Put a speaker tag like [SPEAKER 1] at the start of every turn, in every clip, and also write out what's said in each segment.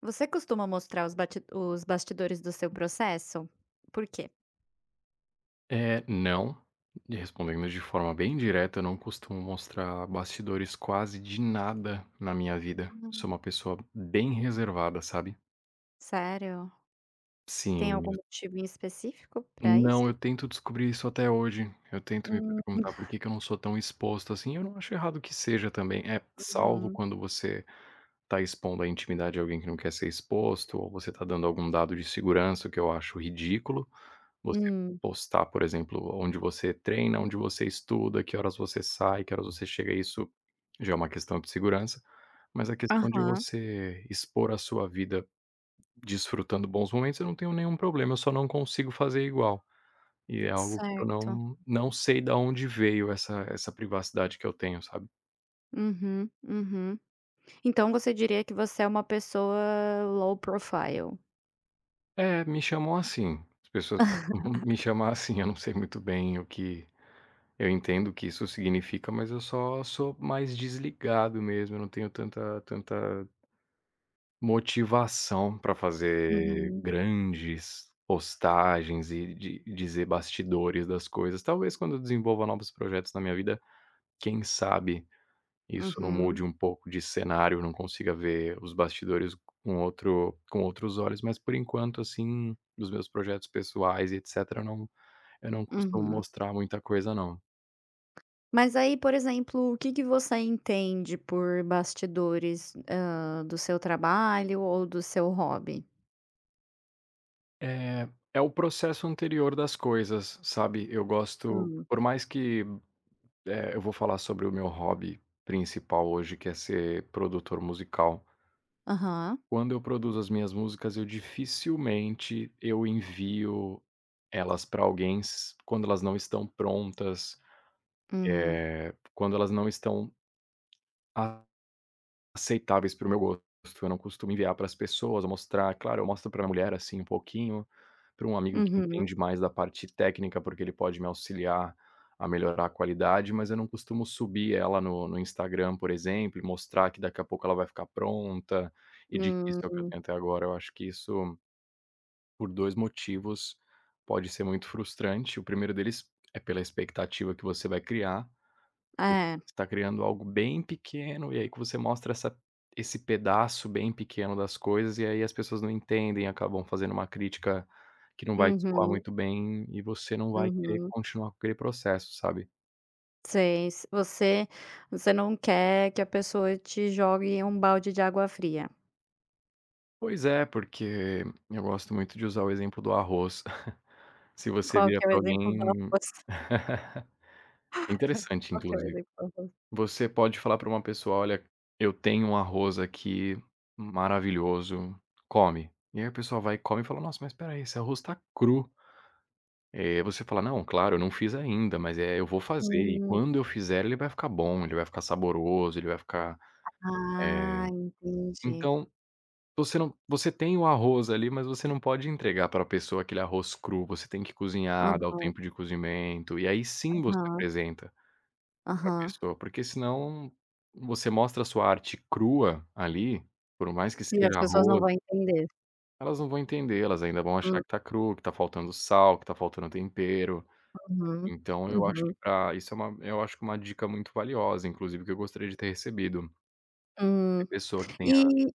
[SPEAKER 1] Você costuma mostrar os bastidores do seu processo? Por quê?
[SPEAKER 2] É, não. E respondendo de forma bem direta, eu não costumo mostrar bastidores quase de nada na minha vida. Sou
[SPEAKER 1] Hum.
[SPEAKER 2] uma pessoa bem reservada, sabe.
[SPEAKER 1] Sério? Tem
[SPEAKER 2] Sim.
[SPEAKER 1] algum motivo em específico para isso?
[SPEAKER 2] Não, eu tento descobrir isso até hoje. Eu tento me
[SPEAKER 1] Hum,
[SPEAKER 2] perguntar por que que eu não sou tão exposto assim, eu não acho errado que seja também, é salvo
[SPEAKER 1] uhum.
[SPEAKER 2] quando você tá expondo a intimidade de alguém que não quer ser exposto, ou você tá dando algum dado de segurança, o que eu acho ridículo. Você
[SPEAKER 1] Hum.
[SPEAKER 2] postar, por exemplo, onde você treina, onde você estuda, que horas você sai, que horas você chega, isso já é uma questão de segurança, mas a questão de
[SPEAKER 1] Aham.
[SPEAKER 2] você expor a sua vida desfrutando bons momentos, eu não tenho nenhum problema, eu só não consigo fazer igual. E é algo que eu
[SPEAKER 1] Certo.
[SPEAKER 2] não sei da onde veio essa privacidade que eu tenho, sabe.
[SPEAKER 1] Uhum, uhum. Então você diria que você é uma pessoa low profile. Uhum,
[SPEAKER 2] É, me chamam assim, as pessoas me chamam assim, eu não sei muito bem o que Eu entendo o que isso significa, mas eu só sou mais desligado mesmo, eu não tenho tanta motivação para fazer grandes postagens e di dizer bastidores das coisas. Talvez quando eu desenvolva novos projetos na minha vida, quem sabe isso não
[SPEAKER 1] uhum,
[SPEAKER 2] mude um pouco de cenário, eu não consiga ver os bastidores com outros olhos, mas por enquanto, assim, dos meus projetos pessoais e etcétera, eu não costumo
[SPEAKER 1] uhum.
[SPEAKER 2] mostrar muita coisa não.
[SPEAKER 1] Mas aí, por exemplo, o que que você entende por bastidores, do seu trabalho ou do seu hobby?
[SPEAKER 2] É, é o processo anterior das coisas, sabe. Eu gosto
[SPEAKER 1] Hum.
[SPEAKER 2] por mais que, eu vou falar sobre o meu hobby principal hoje, que é ser produtor musical.
[SPEAKER 1] Aham.
[SPEAKER 2] Quando eu produzo as minhas músicas, eu dificilmente eu envio elas para alguém s quando elas não estão prontas,
[SPEAKER 1] Hum.
[SPEAKER 2] quando elas não estão aceitáveis para o meu gosto, eu não costumo enviar para as pessoas, mostrar. Claro, eu mostro para minha mulher, assim, um pouquinho, para um amigo que
[SPEAKER 1] Uhum.
[SPEAKER 2] entende mais da parte técnica, porque ele pode me auxiliar a melhorar a qualidade, mas eu não costumo subir ela no Instagram, por exemplo, e mostrar que daqui a pouco ela vai ficar pronta, e de que isso é o que eu
[SPEAKER 1] Hum.
[SPEAKER 2] tenho até agora. Eu acho que isso, por 2 motivos, pode ser muito frustrante. O primeiro deles é pela expectativa que você vai criar, porque
[SPEAKER 1] É.
[SPEAKER 2] você está criando algo bem pequeno, e aí que você mostra essa esse pedaço bem pequeno das coisas, e aí as pessoas não entendem, acabam fazendo uma crítica que não vai te soar
[SPEAKER 1] Uhum.
[SPEAKER 2] muito bem, e você não vai querer
[SPEAKER 1] Uhum.
[SPEAKER 2] continuar com aquele processo, sabe.
[SPEAKER 1] Sei. S você você não quer que a pessoa te jogue um balde de água fria.
[SPEAKER 2] Pois é, porque eu gosto muito de usar o exemplo do arroz. Se você
[SPEAKER 1] Qual
[SPEAKER 2] vira
[SPEAKER 1] que é o
[SPEAKER 2] para
[SPEAKER 1] exemplo do
[SPEAKER 2] alguém…
[SPEAKER 1] arroz?
[SPEAKER 2] É interessante
[SPEAKER 1] Qual que é o
[SPEAKER 2] inclusive.
[SPEAKER 1] exemplo do arroz?
[SPEAKER 2] Você pode falar para uma pessoa: "Olha, eu tenho um arroz aqui maravilhoso, come". E aí a pessoa vai e come e fala: "Nossa, mas espera aí, esse arroz está cru". Você fala: "Não, claro, eu não fiz ainda, mas, é, eu vou fazer e
[SPEAKER 1] Hum.
[SPEAKER 2] quando eu fizer ele vai ficar bom, ele vai ficar saboroso, ele vai ficar, eh".
[SPEAKER 1] Ah, entendi.
[SPEAKER 2] Então, você não você tem o arroz ali, mas você não pode entregar para a pessoa aquele arroz cru, você tem que cozinhar, dar o
[SPEAKER 1] Aham,
[SPEAKER 2] tempo de cozimento, e aí sim você
[SPEAKER 1] aham,
[SPEAKER 2] apresenta pra
[SPEAKER 1] aham.
[SPEAKER 2] pessoa, porque senão você mostra a sua arte crua ali, por mais que
[SPEAKER 1] E as
[SPEAKER 2] seja
[SPEAKER 1] pessoas não
[SPEAKER 2] arroz,
[SPEAKER 1] vão entender.
[SPEAKER 2] elas não vão entender, elas ainda vão achar
[SPEAKER 1] Hum,
[SPEAKER 2] que tá cru, que tá faltando sal, que tá faltando tempero.
[SPEAKER 1] uhum,
[SPEAKER 2] Então eu acho que
[SPEAKER 1] uhum.
[SPEAKER 2] pra isso é uma, eu acho que é uma dica muito valiosa, inclusive que eu gostaria de ter recebido. É
[SPEAKER 1] Hum.
[SPEAKER 2] pessoa que tenha…
[SPEAKER 1] E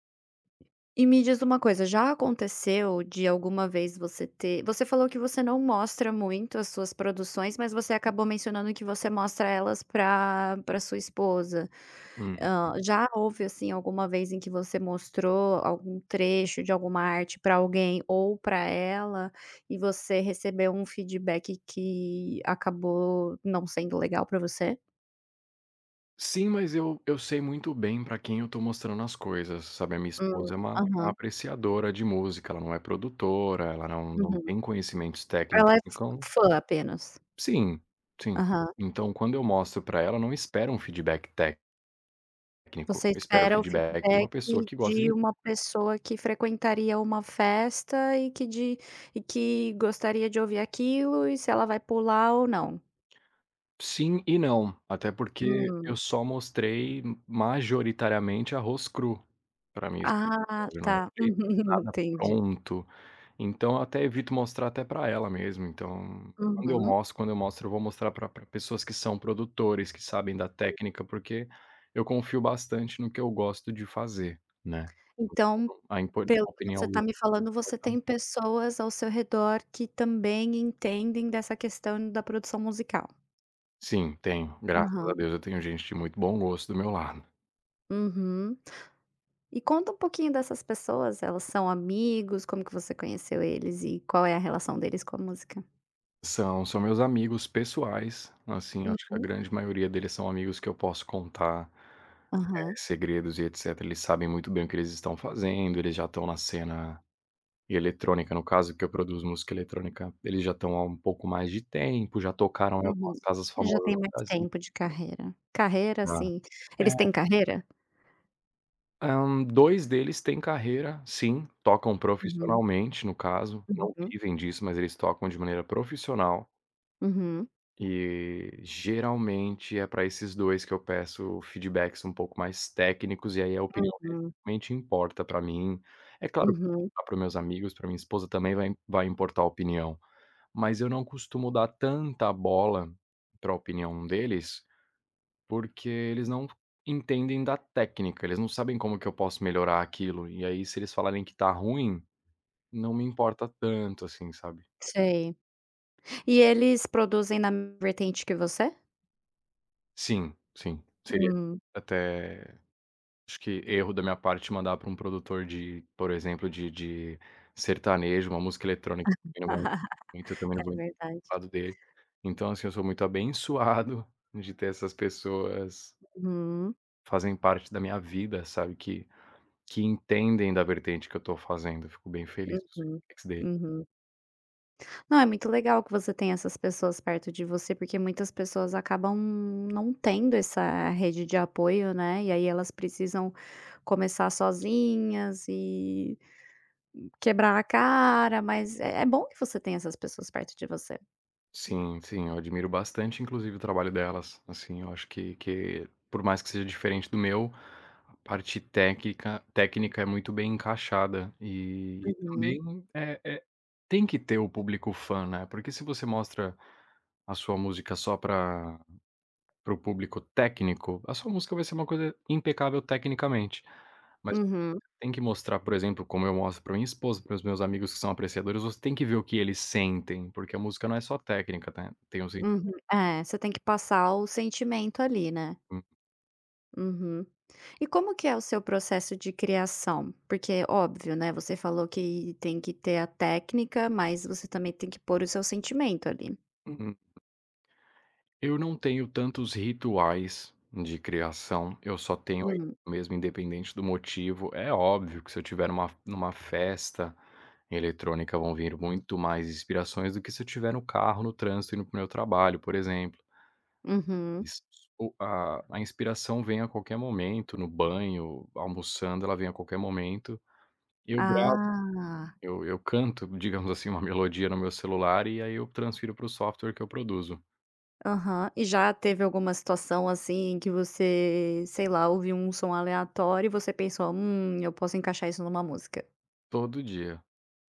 [SPEAKER 1] e me diz uma coisa, já aconteceu de alguma vez você falou que você não mostra muito as suas produções, mas você acabou mencionando que você mostra elas para sua esposa.
[SPEAKER 2] hum.
[SPEAKER 1] Já houve, assim, alguma vez em que você mostrou algum trecho de alguma arte para alguém ou para ela, e você recebeu um feedback que acabou não sendo legal para você?
[SPEAKER 2] Sim, mas eu sei muito bem pra quem eu tô mostrando as coisas, sabe, a minha
[SPEAKER 1] Hum,
[SPEAKER 2] esposa é uma
[SPEAKER 1] aham,
[SPEAKER 2] apreciadora de música, ela não é produtora, ela não
[SPEAKER 1] uhum.
[SPEAKER 2] tem conhecimentos
[SPEAKER 1] Ela é
[SPEAKER 2] técnicos,
[SPEAKER 1] f
[SPEAKER 2] então…
[SPEAKER 1] fã apenas.
[SPEAKER 2] Sim, sim.
[SPEAKER 1] Aham.
[SPEAKER 2] Então, quando eu mostro pra ela, eu não espero um feedback técnico,
[SPEAKER 1] Você
[SPEAKER 2] eu espero o
[SPEAKER 1] espera o
[SPEAKER 2] feedback de uma
[SPEAKER 1] feedback
[SPEAKER 2] pessoa que gosta de…
[SPEAKER 1] de uma pessoa que frequentaria uma festa e que gostaria de ouvir aquilo e se ela vai pular ou não.
[SPEAKER 2] Sim e não, até porque
[SPEAKER 1] Hum.
[SPEAKER 2] eu só mostrei majoritariamente arroz cru para minha esposa,
[SPEAKER 1] Ah,
[SPEAKER 2] eu não
[SPEAKER 1] tá.
[SPEAKER 2] mostrei nada
[SPEAKER 1] Entendi.
[SPEAKER 2] pronto, então eu até evito mostrar até para ela mesmo, então
[SPEAKER 1] Uhum.
[SPEAKER 2] quando eu mostro eu vou mostrar para pessoas que são produtores, que sabem da técnica, porque eu confio bastante no que eu gosto de fazer, né.
[SPEAKER 1] Então,
[SPEAKER 2] A impor,
[SPEAKER 1] pelo
[SPEAKER 2] a
[SPEAKER 1] que você
[SPEAKER 2] opinião dos
[SPEAKER 1] está me
[SPEAKER 2] outros
[SPEAKER 1] falando, você
[SPEAKER 2] importa
[SPEAKER 1] tem
[SPEAKER 2] muito.
[SPEAKER 1] pessoas ao seu redor que também entendem dessa questão da produção musical.
[SPEAKER 2] Sim, tenho, graças a
[SPEAKER 1] Aham.
[SPEAKER 2] Deus eu tenho gente de muito bom gosto do meu lado.
[SPEAKER 1] Uhum. E conta um pouquinho dessas pessoas, elas são amigos? Como que você conheceu eles e qual é a relação deles com a música?
[SPEAKER 2] São, são meus amigos pessoais, assim, acho que a
[SPEAKER 1] Uhum.
[SPEAKER 2] grande maioria deles são amigos que eu posso contar,
[SPEAKER 1] Aham.
[SPEAKER 2] segredos e etc. Eles sabem muito bem o que eles estão fazendo, eles já estão na cena eletrônica, no caso que eu produzo música eletrônica, eles já estão há um pouco mais de tempo, já tocaram em
[SPEAKER 1] Uhum.
[SPEAKER 2] algumas casas
[SPEAKER 1] Já
[SPEAKER 2] famosas
[SPEAKER 1] tem
[SPEAKER 2] do
[SPEAKER 1] mais
[SPEAKER 2] Brasil.
[SPEAKER 1] tempo de carreira. Carreira,
[SPEAKER 2] Já.
[SPEAKER 1] assim, eles
[SPEAKER 2] É,
[SPEAKER 1] têm carreira?
[SPEAKER 2] hã, deles têm carreira, sim, tocam
[SPEAKER 1] Uhum.
[SPEAKER 2] profissionalmente, no caso, não
[SPEAKER 1] Uhum.
[SPEAKER 2] vivem disso, mas eles tocam de maneira profissional.
[SPEAKER 1] Uhum.
[SPEAKER 2] E geralmente é para esses 2 que eu peço feedbacks um pouco mais técnicos, e aí a opinião deles
[SPEAKER 1] Uhum.
[SPEAKER 2] realmente importa para mim. É claro
[SPEAKER 1] Uhum.
[SPEAKER 2] que para meus amigos, para minha esposa também vai importar a opinião, mas eu não costumo dar tanta bola para a opinião deles, porque eles não entendem da técnica, eles não sabem como que eu posso melhorar aquilo, e aí se eles falarem que tá ruim, não me importa tanto assim, sabe.
[SPEAKER 1] Sei. E eles produzem na mesma vertente que você?
[SPEAKER 2] Sim, sim, seria
[SPEAKER 1] Hum,
[SPEAKER 2] até… Acho que erro da minha parte mandar para um produtor de, por exemplo, de sertanejo, uma música eletrônica que não vai muito, eu também não vou
[SPEAKER 1] é
[SPEAKER 2] entender
[SPEAKER 1] verdade.
[SPEAKER 2] o lado dele. Então, assim, eu sou muito abençoado de ter essas pessoas
[SPEAKER 1] Uhum.
[SPEAKER 2] fazem parte da minha vida, sabe, que entendem da vertente que eu tô fazendo, eu fico bem feliz com os
[SPEAKER 1] Uhum.
[SPEAKER 2] feedbacks dele.
[SPEAKER 1] Uhum. Não, é muito legal que você tenha essas pessoas perto de você, porque muitas pessoas acabam não tendo essa rede de apoio, né? E aí elas precisam começar sozinhas e quebrar a cara, mas é bom que você tenha essas pessoas perto de você.
[SPEAKER 2] Sim, sim, eu admiro bastante, inclusive, o trabalho delas. Assim, eu acho que, por mais que seja diferente do meu, a parte técnica técnica é muito bem encaixada e
[SPEAKER 1] Uhum,
[SPEAKER 2] também, tem que ter o público fã, né, porque se você mostra a sua música só pra para o público técnico, a sua música vai ser uma coisa impecável tecnicamente, mas
[SPEAKER 1] uhum,
[SPEAKER 2] tem que mostrar, por exemplo, como eu mostro para minha esposa, para os meus amigos que são apreciadores, você tem que ver o que eles sentem, porque a música não é só técnica, né, tem o…
[SPEAKER 1] uhum. É, você tem que passar o sentimento ali, né? Uhum. E como que é o seu processo de criação? Porque óbvio, né, você falou que tem que ter a técnica, mas você também tem que pôr o seu sentimento ali.
[SPEAKER 2] Hum, eu não tenho tantos rituais de criação, eu só tenho aí
[SPEAKER 1] Hum.
[SPEAKER 2] mesmo, independente do motivo. É óbvio que se eu tiver numa festa eletrônica, vão vir muito mais inspirações do que se eu tiver no carro, no trânsito, indo para meu trabalho, por exemplo.
[SPEAKER 1] Uhum.
[SPEAKER 2] Isso o a inspiração vem a qualquer momento, no banho, almoçando, ela vem a qualquer momento. Eu gravo,
[SPEAKER 1] Ah,
[SPEAKER 2] eu canto, digamos assim, uma melodia no meu celular e aí eu transfiro para o software que eu produzo.
[SPEAKER 1] aham. E já teve alguma situação assim em que você, sei lá, ouviu um som aleatório e você pensou: eu posso encaixar isso numa música"?
[SPEAKER 2] Todo dia,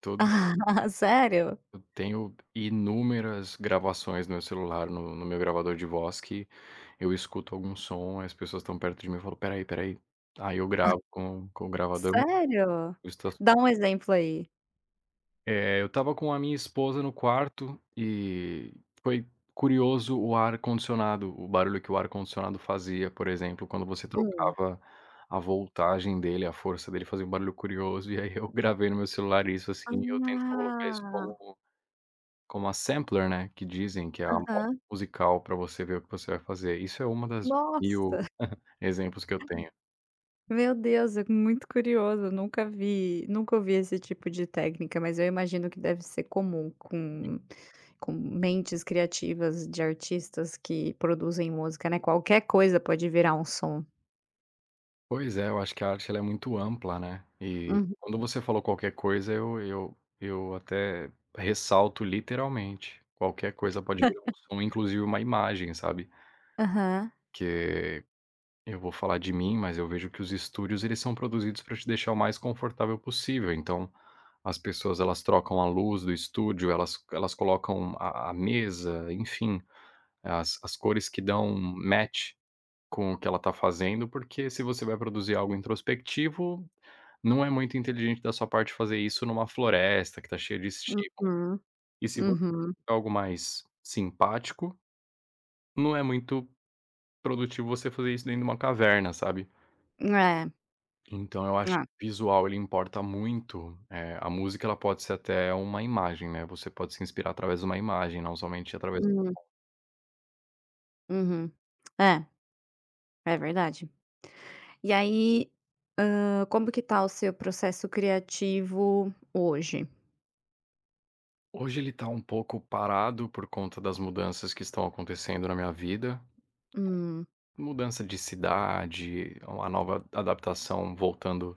[SPEAKER 2] todo…
[SPEAKER 1] Ah, sério?
[SPEAKER 2] Eu tenho inúmeras gravações no meu celular, no meu gravador de voz, que eu escuto algum som, as pessoas estão perto de mim e falam: "Espera aí, espera aí". Aí eu gravo com o gravador.
[SPEAKER 1] Sério? Dá um exemplo aí.
[SPEAKER 2] Eu estava com a minha esposa no quarto e foi curioso o ar-condicionado, o barulho que o ar-condicionado fazia, por exemplo, quando você
[SPEAKER 1] Hum.
[SPEAKER 2] trocava a voltagem dele, a força dele fazia um barulho curioso, e aí eu gravei no meu celular isso, assim, e eu tento colocar isso
[SPEAKER 1] Ah,
[SPEAKER 2] como… Como a sampler, né, que dizem que é a amostra
[SPEAKER 1] aham.
[SPEAKER 2] musical para você ver o que você vai fazer. Isso é uma das 1000
[SPEAKER 1] Nossa!
[SPEAKER 2] exemplos que eu tenho.
[SPEAKER 1] Meu Deus, é muito curioso, nunca ouvi esse tipo de técnica, mas eu imagino que deve ser comum com mentes criativas de artistas que produzem música, né, qualquer coisa pode virar um som.
[SPEAKER 2] Pois é, eu acho que a arte ela é muito ampla, né, e
[SPEAKER 1] Uhum.
[SPEAKER 2] quando você falou qualquer coisa eu até ressalto literalmente, qualquer coisa pode virar um som, inclusive uma imagem, sabe.
[SPEAKER 1] Aham.
[SPEAKER 2] Que… Eu vou falar de mim, mas eu vejo que os estúdios eles são produzidos para te deixar o mais confortável possível, então, as pessoas elas trocam a luz do estúdio, elas colocam a mesa, enfim, as cores que dão match com o que ela está fazendo, porque se você vai produzir algo introspectivo, não é muito inteligente da sua parte fazer isso numa floresta que está cheia de estímulo.
[SPEAKER 1] Uhum,
[SPEAKER 2] E se você
[SPEAKER 1] uhum.
[SPEAKER 2] quer algo mais simpático, não é muito produtivo você fazer isso dentro de uma caverna, sabe.
[SPEAKER 1] É,
[SPEAKER 2] Então eu acho
[SPEAKER 1] é.
[SPEAKER 2] que o visual ele importa muito, a música ela pode ser até uma imagem, né, você pode se inspirar através de uma imagem, não somente através…
[SPEAKER 1] Uhum, uhum. É, é verdade. E aí, como que tá o seu processo criativo hoje?
[SPEAKER 2] Hoje ele tá um pouco parado por conta das mudanças que estão acontecendo na minha vida,
[SPEAKER 1] Hum,
[SPEAKER 2] mudança de cidade, a nova adaptação voltando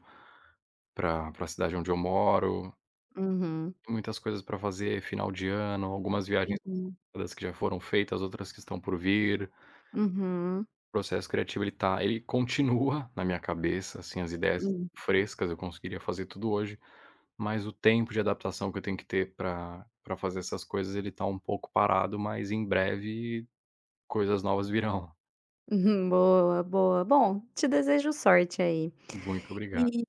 [SPEAKER 2] para a cidade onde eu moro,
[SPEAKER 1] uhum,
[SPEAKER 2] muitas coisas para fazer, final de ano, algumas viagens
[SPEAKER 1] uhum,
[SPEAKER 2] que já foram feitas, outras que estão por vir.
[SPEAKER 1] uhum,
[SPEAKER 2] Processo criativo ele continua na minha cabeça, assim, as ideias
[SPEAKER 1] hum.
[SPEAKER 2] frescas, eu conseguiria fazer tudo hoje, mas o tempo de adaptação que eu tenho que ter para fazer essas coisas, ele tá um pouco parado, mas em breve coisas novas virão.
[SPEAKER 1] Uhum, boa, boa. Bom, te desejo sorte aí.
[SPEAKER 2] Muito obrigado.
[SPEAKER 1] E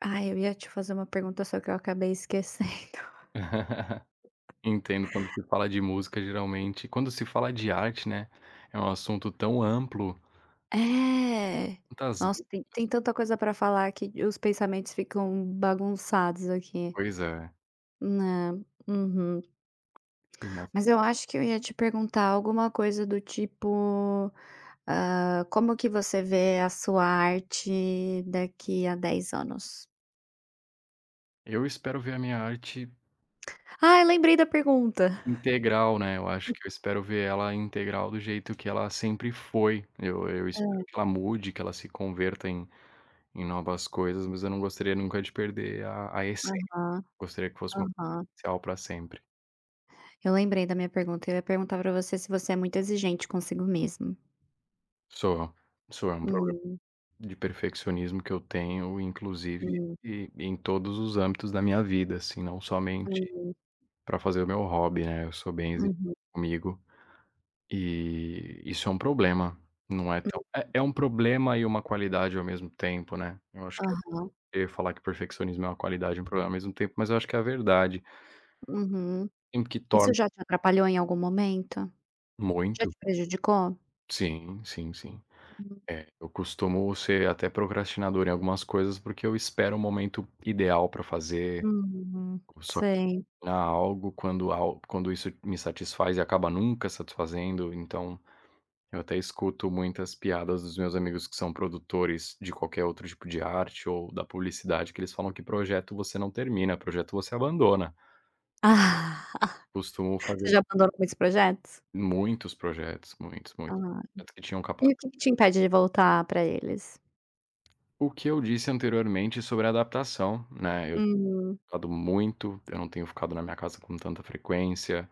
[SPEAKER 1] ai, eu ia te fazer uma pergunta, só que eu acabei esquecendo.
[SPEAKER 2] Entendo quando se fala de música, geralmente quando se fala de arte, né, é um assunto tão amplo,
[SPEAKER 1] É.
[SPEAKER 2] tantas
[SPEAKER 1] Nossa,
[SPEAKER 2] dúvidas.
[SPEAKER 1] tem tanta coisa pra falar que os pensamentos ficam bagunçados aqui,
[SPEAKER 2] Pois é.
[SPEAKER 1] né. Uhum.
[SPEAKER 2] E na…
[SPEAKER 1] Mas eu acho que eu ia te perguntar alguma coisa do tipo, ah, como que você vê a sua arte daqui a 10 anos?
[SPEAKER 2] Eu espero ver a minha arte
[SPEAKER 1] Ai, lembrei da pergunta.
[SPEAKER 2] integral, né, eu acho que eu espero ver ela integral do jeito que ela sempre foi. Eu espero que ela mude, que ela se converta em novas coisas, mas eu não gostaria nunca de perder a essência.
[SPEAKER 1] Aham,
[SPEAKER 2] Gostaria que fosse uma coisa
[SPEAKER 1] aham.
[SPEAKER 2] especial pra sempre.
[SPEAKER 1] Eu lembrei da minha pergunta, eu ia perguntar pra você se você é muito exigente consigo mesmo.
[SPEAKER 2] Sou, sou, é um problema
[SPEAKER 1] Hum,
[SPEAKER 2] de perfeccionismo que eu tenho, inclusive,
[SPEAKER 1] hum,
[SPEAKER 2] e em todos os âmbitos da minha vida, assim, não somente
[SPEAKER 1] hum,
[SPEAKER 2] pra fazer o meu hobby, né, eu sou bem exigente
[SPEAKER 1] uhum,
[SPEAKER 2] comigo. E isso é um problema, não é
[SPEAKER 1] hum,
[SPEAKER 2] tão é é um problema e uma qualidade ao mesmo tempo, né. Eu acho que
[SPEAKER 1] aham,
[SPEAKER 2] eu ia falar que perfeccionismo é uma qualidade e um problema ao mesmo tempo, mas eu acho que é a verdade,
[SPEAKER 1] uhum.
[SPEAKER 2] tem que
[SPEAKER 1] Isso
[SPEAKER 2] torna
[SPEAKER 1] já te atrapalhou em algum momento? Já
[SPEAKER 2] muito.
[SPEAKER 1] te prejudicou?
[SPEAKER 2] Sim, sim, sim. É, eu costumo ser até procrastinador em algumas coisas, porque eu espero o momento ideal para fazer,
[SPEAKER 1] Hum, hum,
[SPEAKER 2] ou só
[SPEAKER 1] sei.
[SPEAKER 2] algo quando al quando isso me satisfaz e acaba nunca satisfazendo, então… Eu até escuto muitas piadas dos meus amigos que são produtores de qualquer outro tipo de arte ou da publicidade, que eles falam que projeto você não termina, projeto você abandona.
[SPEAKER 1] Ah,
[SPEAKER 2] Costumo fazer
[SPEAKER 1] você já abandonou muitos projetos?
[SPEAKER 2] muitos projetos, muitos, muitos
[SPEAKER 1] Ah,
[SPEAKER 2] projetos que tinham
[SPEAKER 1] e o
[SPEAKER 2] capacidade…
[SPEAKER 1] que que te impede de voltar pra eles?
[SPEAKER 2] O que eu disse anteriormente sobre adaptação, né, eu…
[SPEAKER 1] Hum,
[SPEAKER 2] Ficado muito, eu não tenho ficado na minha casa com tanta frequência.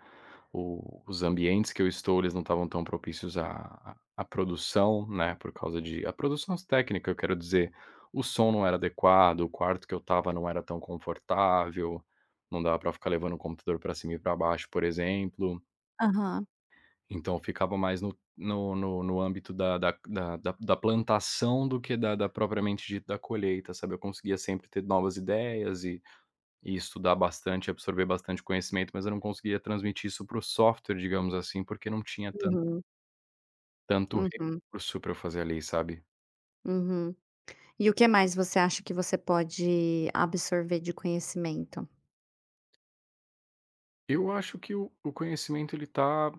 [SPEAKER 2] O Os ambientes que eu estou, eles não estavam tão propícios à produção, né, por causa de a produção técnica, eu quero dizer, o som não era adequado, o quarto que eu estava não era tão confortável, não dava para ficar levando o computador para cima e para baixo, por exemplo.
[SPEAKER 1] aham,
[SPEAKER 2] Então ficava mais no âmbito da plantação do que da propriamente dita da colheita, sabe. Eu conseguia sempre ter novas ideias e estudar bastante, absorver bastante conhecimento, mas eu não conseguia transmitir isso para o software, digamos assim, porque não tinha
[SPEAKER 1] uhum,
[SPEAKER 2] tanto
[SPEAKER 1] uhum,
[SPEAKER 2] recurso para eu fazer ali, sabe.
[SPEAKER 1] uhum. E o que mais você acha que você pode absorver de conhecimento?
[SPEAKER 2] Eu acho que o conhecimento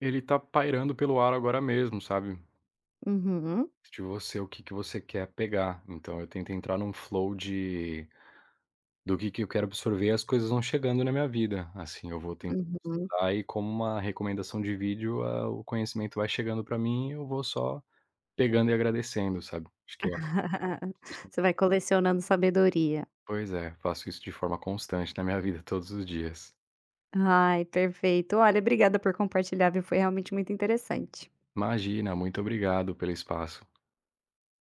[SPEAKER 2] ele tá pairando pelo ar agora mesmo, sabe.
[SPEAKER 1] Uhum,
[SPEAKER 2] De você, o que que você quer pegar. Então eu tento entrar num flow de do que eu quero absorver e as coisas vão chegando na minha vida, assim, eu vou tentar
[SPEAKER 1] uhum.
[SPEAKER 2] estudar e como uma recomendação de vídeo, ah, o conhecimento vai chegando para mim e eu vou só pegando e agradecendo, sabe. Acho que é…
[SPEAKER 1] Você vai colecionando sabedoria.
[SPEAKER 2] Pois é, faço isso de forma constante na minha vida todos os dias.
[SPEAKER 1] Ai, perfeito. Olha, obrigada por compartilhar, viu, foi realmente muito interessante.
[SPEAKER 2] Imagina, muito obrigado pelo espaço.